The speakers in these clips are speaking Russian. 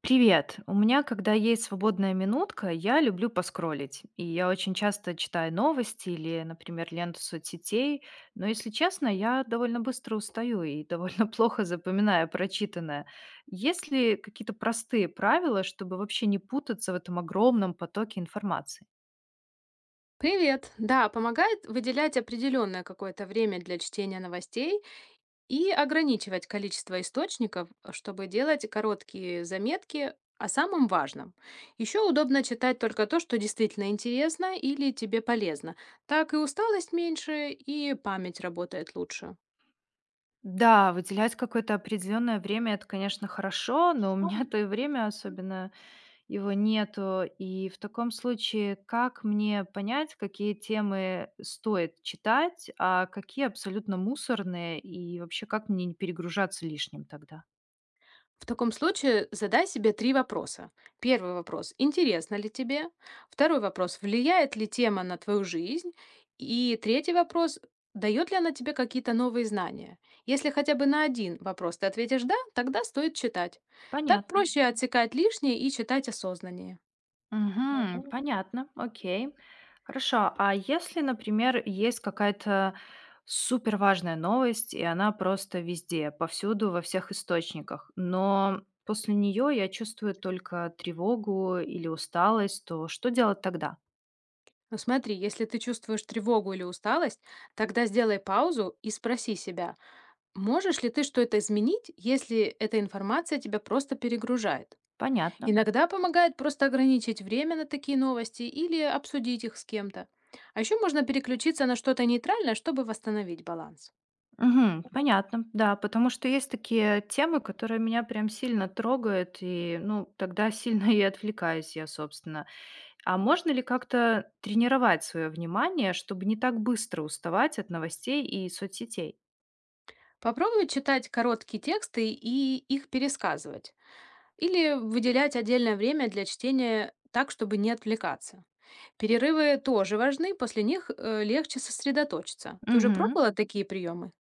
Привет. У меня, когда есть свободная минутка, я люблю поскроллить. И я очень часто читаю новости или, например, ленту соцсетей. Но, если честно, я довольно быстро устаю и довольно плохо запоминаю прочитанное. Есть ли какие-то простые правила, чтобы вообще не путаться в этом огромном потоке информации? Привет! Да, помогает выделять определенное какое-то время для чтения новостей и ограничивать количество источников, чтобы делать короткие заметки о самом важном. Еще удобно читать только то, что действительно интересно или тебе полезно. Так и усталость меньше, и память работает лучше. Да, выделять какое-то определенное время, это, конечно, хорошо, но у меня то и время особенно его нету. И в таком случае, как мне понять, какие темы стоит читать, а какие абсолютно мусорные, и вообще как мне не перегружаться лишним тогда? В таком случае задай себе три вопроса. Первый вопрос – интересно ли тебе? Второй вопрос – влияет ли тема на твою жизнь? И третий вопрос – дает ли она тебе какие-то новые знания? Если хотя бы на один вопрос ты ответишь «да», тогда стоит читать. Так Понятно. проще отсекать лишнее и читать осознаннее. Мгм. Понятно, окей. Хорошо. А если, например, есть какая-то супер важная новость, и она просто везде, повсюду, во всех источниках, но после нее я чувствую только тревогу или усталость, то что делать тогда? Но смотри, если ты чувствуешь тревогу или усталость, тогда сделай паузу и спроси себя, можешь ли ты что-то изменить, если эта информация тебя просто перегружает? Понятно. Иногда помогает просто ограничить время на такие новости или обсудить их с кем-то. А еще можно переключиться на что-то нейтральное, чтобы восстановить баланс. Мгм. Понятно. Да, потому что есть такие темы, которые меня прям сильно трогают, и, ну, тогда сильно и отвлекаюсь я, собственно. А можно ли как-то тренировать свое внимание, чтобы не так быстро уставать от новостей и соцсетей? Попробуй читать короткие тексты и их пересказывать. Или выделять отдельное время для чтения так, чтобы не отвлекаться. Перерывы тоже важны, после них легче сосредоточиться. Ты уже Мгм. пробовала такие приемы?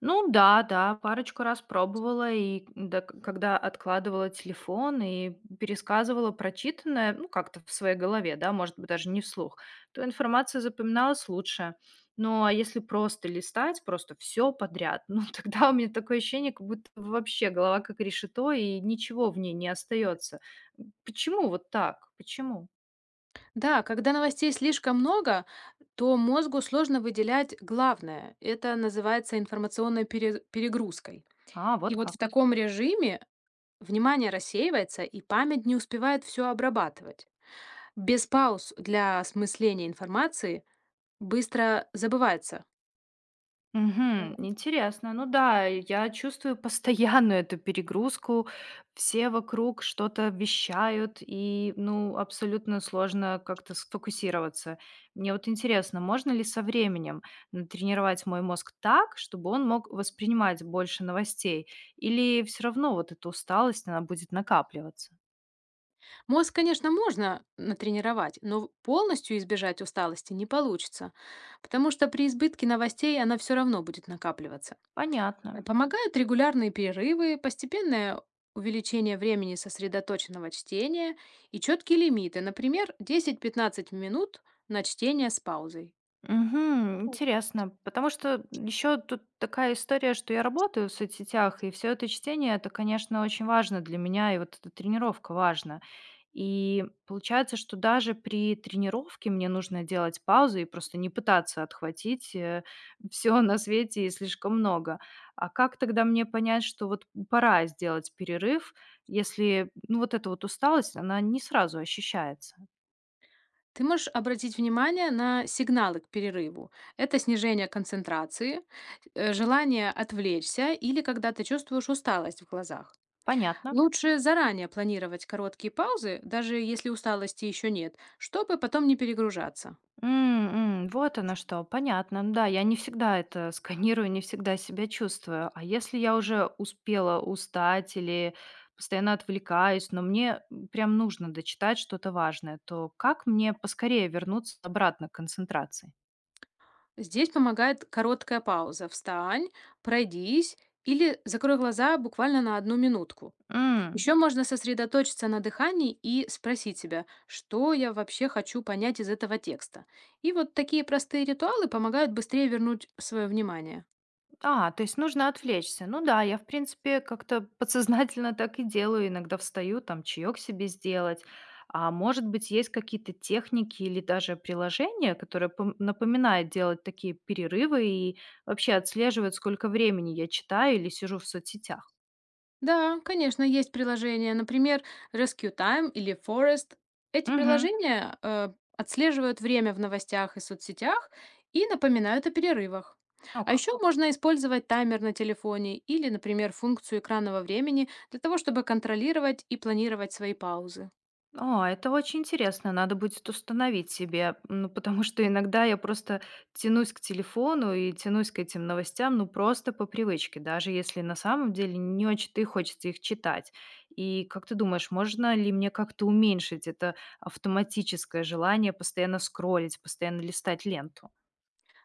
Ну да, да, парочку раз пробовала, и да, к когда откладывала телефон и пересказывала прочитанное, ну, как-то в своей голове, да, может быть, даже не вслух, то информация запоминалась лучше. Ну, а если просто листать, просто все подряд, ну, тогда у меня такое ощущение, как будто вообще голова как решето, и ничего в ней не остается. Почему вот так? Почему? Да, когда новостей слишком много, то мозгу сложно выделять главное. Это называется информационной перегрузкой. А, И вот вот в как. таком режиме внимание рассеивается, и память не успевает все обрабатывать. Без пауз для осмысления информации быстро забывается. Мгм. Интересно. Ну да, я чувствую постоянную эту перегрузку. Все вокруг что-то вещают, и, ну, абсолютно сложно как-то сфокусироваться. Мне вот интересно, можно ли со временем натренировать мой мозг так, чтобы он мог воспринимать больше новостей? Или все равно вот эта усталость, она будет накапливаться? Мозг, конечно, можно натренировать, но полностью избежать усталости не получится, потому что при избытке новостей она все равно будет накапливаться. Понятно. Помогают регулярные перерывы, постепенное увеличение времени сосредоточенного чтения и четкие лимиты, например, 10-15 минут на чтение с паузой. Мгм. Интересно, потому что еще тут такая история, что я работаю в соцсетях, и все это чтение, это, конечно, очень важно для меня, и вот эта тренировка важна. И получается, что даже при тренировке мне нужно делать паузу и просто не пытаться отхватить все на свете и слишком много. А как тогда мне понять, что вот пора сделать перерыв, если, ну, вот эта вот усталость, она не сразу ощущается? Ты можешь обратить внимание на сигналы к перерыву. Это снижение концентрации, желание отвлечься или когда ты чувствуешь усталость в глазах. Понятно. Лучше заранее планировать короткие паузы, даже если усталости еще нет, чтобы потом не перегружаться. М, м, вот оно что, понятно. Ну да, я не всегда это сканирую, не всегда себя чувствую. А если я уже успела устать или постоянно отвлекаюсь, но мне прям нужно дочитать что-то важное, то как мне поскорее вернуться обратно к концентрации? Здесь помогает короткая пауза. Встань, пройдись или закрой глаза буквально на одну минутку. Еще можно сосредоточиться на дыхании и спросить себя, что я вообще хочу понять из этого текста. И вот такие простые ритуалы помогают быстрее вернуть свое внимание. А, то есть нужно отвлечься. Ну да, я, в принципе, как-то подсознательно так и делаю. Иногда встаю, там, чаек себе сделать. А может быть, есть какие-то техники или даже приложения, которые напоминают делать такие перерывы и вообще отслеживают, сколько времени я читаю или сижу в соцсетях. Да, конечно, есть приложения, например, Rescue Time или Forest. Эти Угу. приложения отслеживают время в новостях и соцсетях и напоминают о перерывах. Ну А еще как? можно использовать таймер на телефоне или, например, функцию экранного времени для того, чтобы контролировать и планировать свои паузы. А, это очень интересно, надо будет установить себе, ну, потому что иногда я просто тянусь к телефону и тянусь к этим новостям, ну, просто по привычке, даже если на самом деле не очень-то и хочется их читать. И как ты думаешь, можно ли мне как-то уменьшить это автоматическое желание постоянно скроллить, постоянно листать ленту?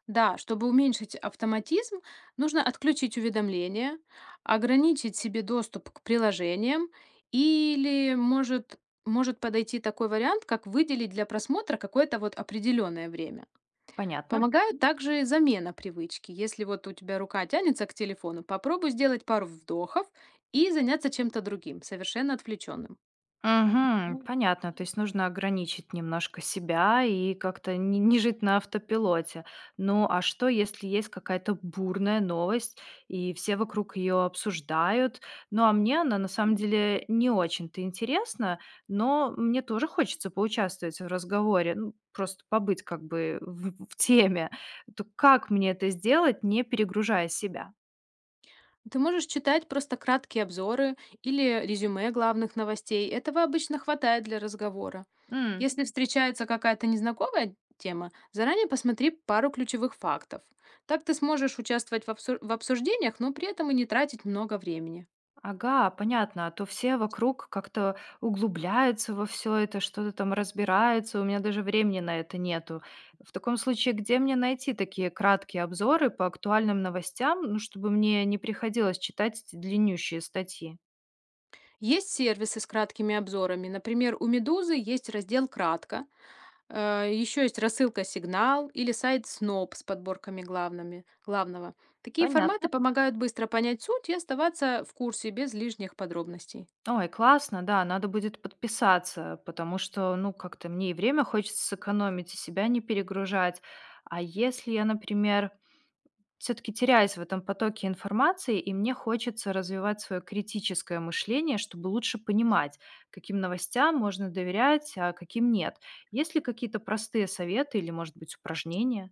Да, чтобы уменьшить автоматизм, нужно отключить уведомления, ограничить себе доступ к приложениям или может подойти такой вариант, как выделить для просмотра какое-то вот определенное время. Понятно? Помогает также замена привычки. Если вот у тебя рука тянется к телефону, попробуй сделать пару вдохов и заняться чем-то другим, совершенно отвлеченным. Мгм. Понятно. То есть нужно ограничить немножко себя и как-то не не жить на автопилоте. Ну, а что, если есть какая-то бурная новость, и все вокруг ее обсуждают? Ну, а мне она на самом деле не очень-то интересна, но мне тоже хочется поучаствовать в разговоре, ну, просто побыть как бы в теме. То как мне это сделать, не перегружая себя? Ты можешь читать просто краткие обзоры или резюме главных новостей. Этого обычно хватает для разговора. М. Если встречается какая-то незнакомая тема, заранее посмотри пару ключевых фактов. Так ты сможешь участвовать в обсуждениях, но при этом и не тратить много времени. Ага, понятно. А то все вокруг как-то углубляются во все это, что-то там разбираются. У меня даже времени на это нету. В таком случае, где мне найти такие краткие обзоры по актуальным новостям, ну, чтобы мне не приходилось читать эти длиннющие статьи? Есть сервисы с краткими обзорами. Например, у «Медузы» есть раздел «Кратко», еще есть рассылка «Сигнал» или сайт «Сноп» с подборками главного. Такие Понятно. форматы помогают быстро понять суть и оставаться в курсе без лишних подробностей. Ой, классно, да, надо будет подписаться, потому что, ну, как-то мне и время хочется сэкономить, и себя не перегружать. А если я, например, все-таки теряюсь в этом потоке информации, и мне хочется развивать свое критическое мышление, чтобы лучше понимать, каким новостям можно доверять, а каким нет. Есть ли какие-то простые советы или, может быть, упражнения?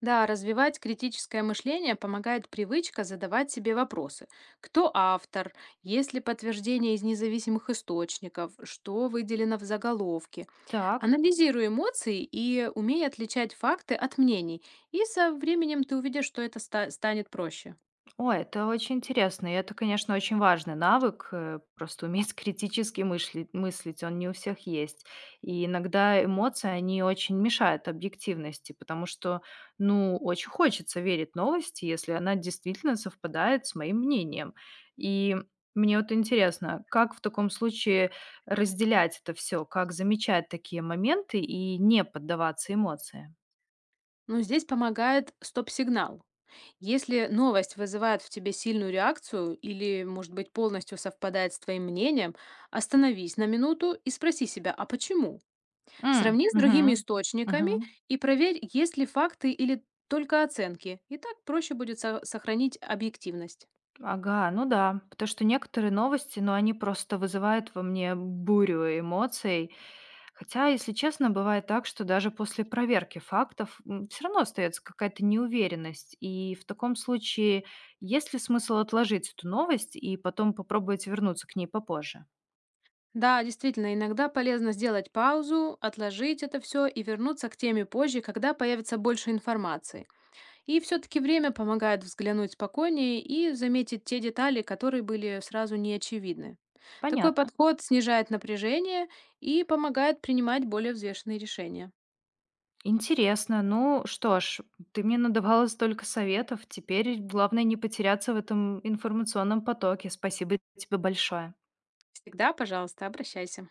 Да, развивать критическое мышление помогает привычка задавать себе вопросы. Кто автор? Есть ли подтверждение из независимых источников? Что выделено в заголовке? Так. Анализируй эмоции и умей отличать факты от мнений. И со временем ты увидишь, что это станет проще. Ой, это очень интересно, и это, конечно, очень важный навык, просто уметь критически мыслить, он не у всех есть. И иногда эмоции, они очень мешают объективности, потому что, ну, очень хочется верить новости, если она действительно совпадает с моим мнением. И мне вот интересно, как в таком случае разделять это все, как замечать такие моменты и не поддаваться эмоциям? Но здесь помогает стоп-сигнал. Если новость вызывает в тебе сильную реакцию или, может быть, полностью совпадает с твоим мнением, остановись на минуту и спроси себя, а почему? М, Сравни с другими мгм, источниками мгм. и проверь, есть ли факты или только оценки. И так проще будет сохранить объективность. Ага, ну да, потому что некоторые новости, ну, они просто вызывают во мне бурю эмоций. Хотя, если честно, бывает так, что даже после проверки фактов все равно остается какая-то неуверенность. И в таком случае есть ли смысл отложить эту новость и потом попробовать вернуться к ней попозже? Да, действительно, иногда полезно сделать паузу, отложить это все и вернуться к теме позже, когда появится больше информации. И все-таки время помогает взглянуть спокойнее и заметить те детали, которые были сразу не очевидны. Такой Понятно. подход снижает напряжение и помогает принимать более взвешенные решения. Интересно. Ну что ж, ты мне надавала столько советов. Теперь главное не потеряться в этом информационном потоке. Спасибо тебе большое. Всегда, пожалуйста, обращайся.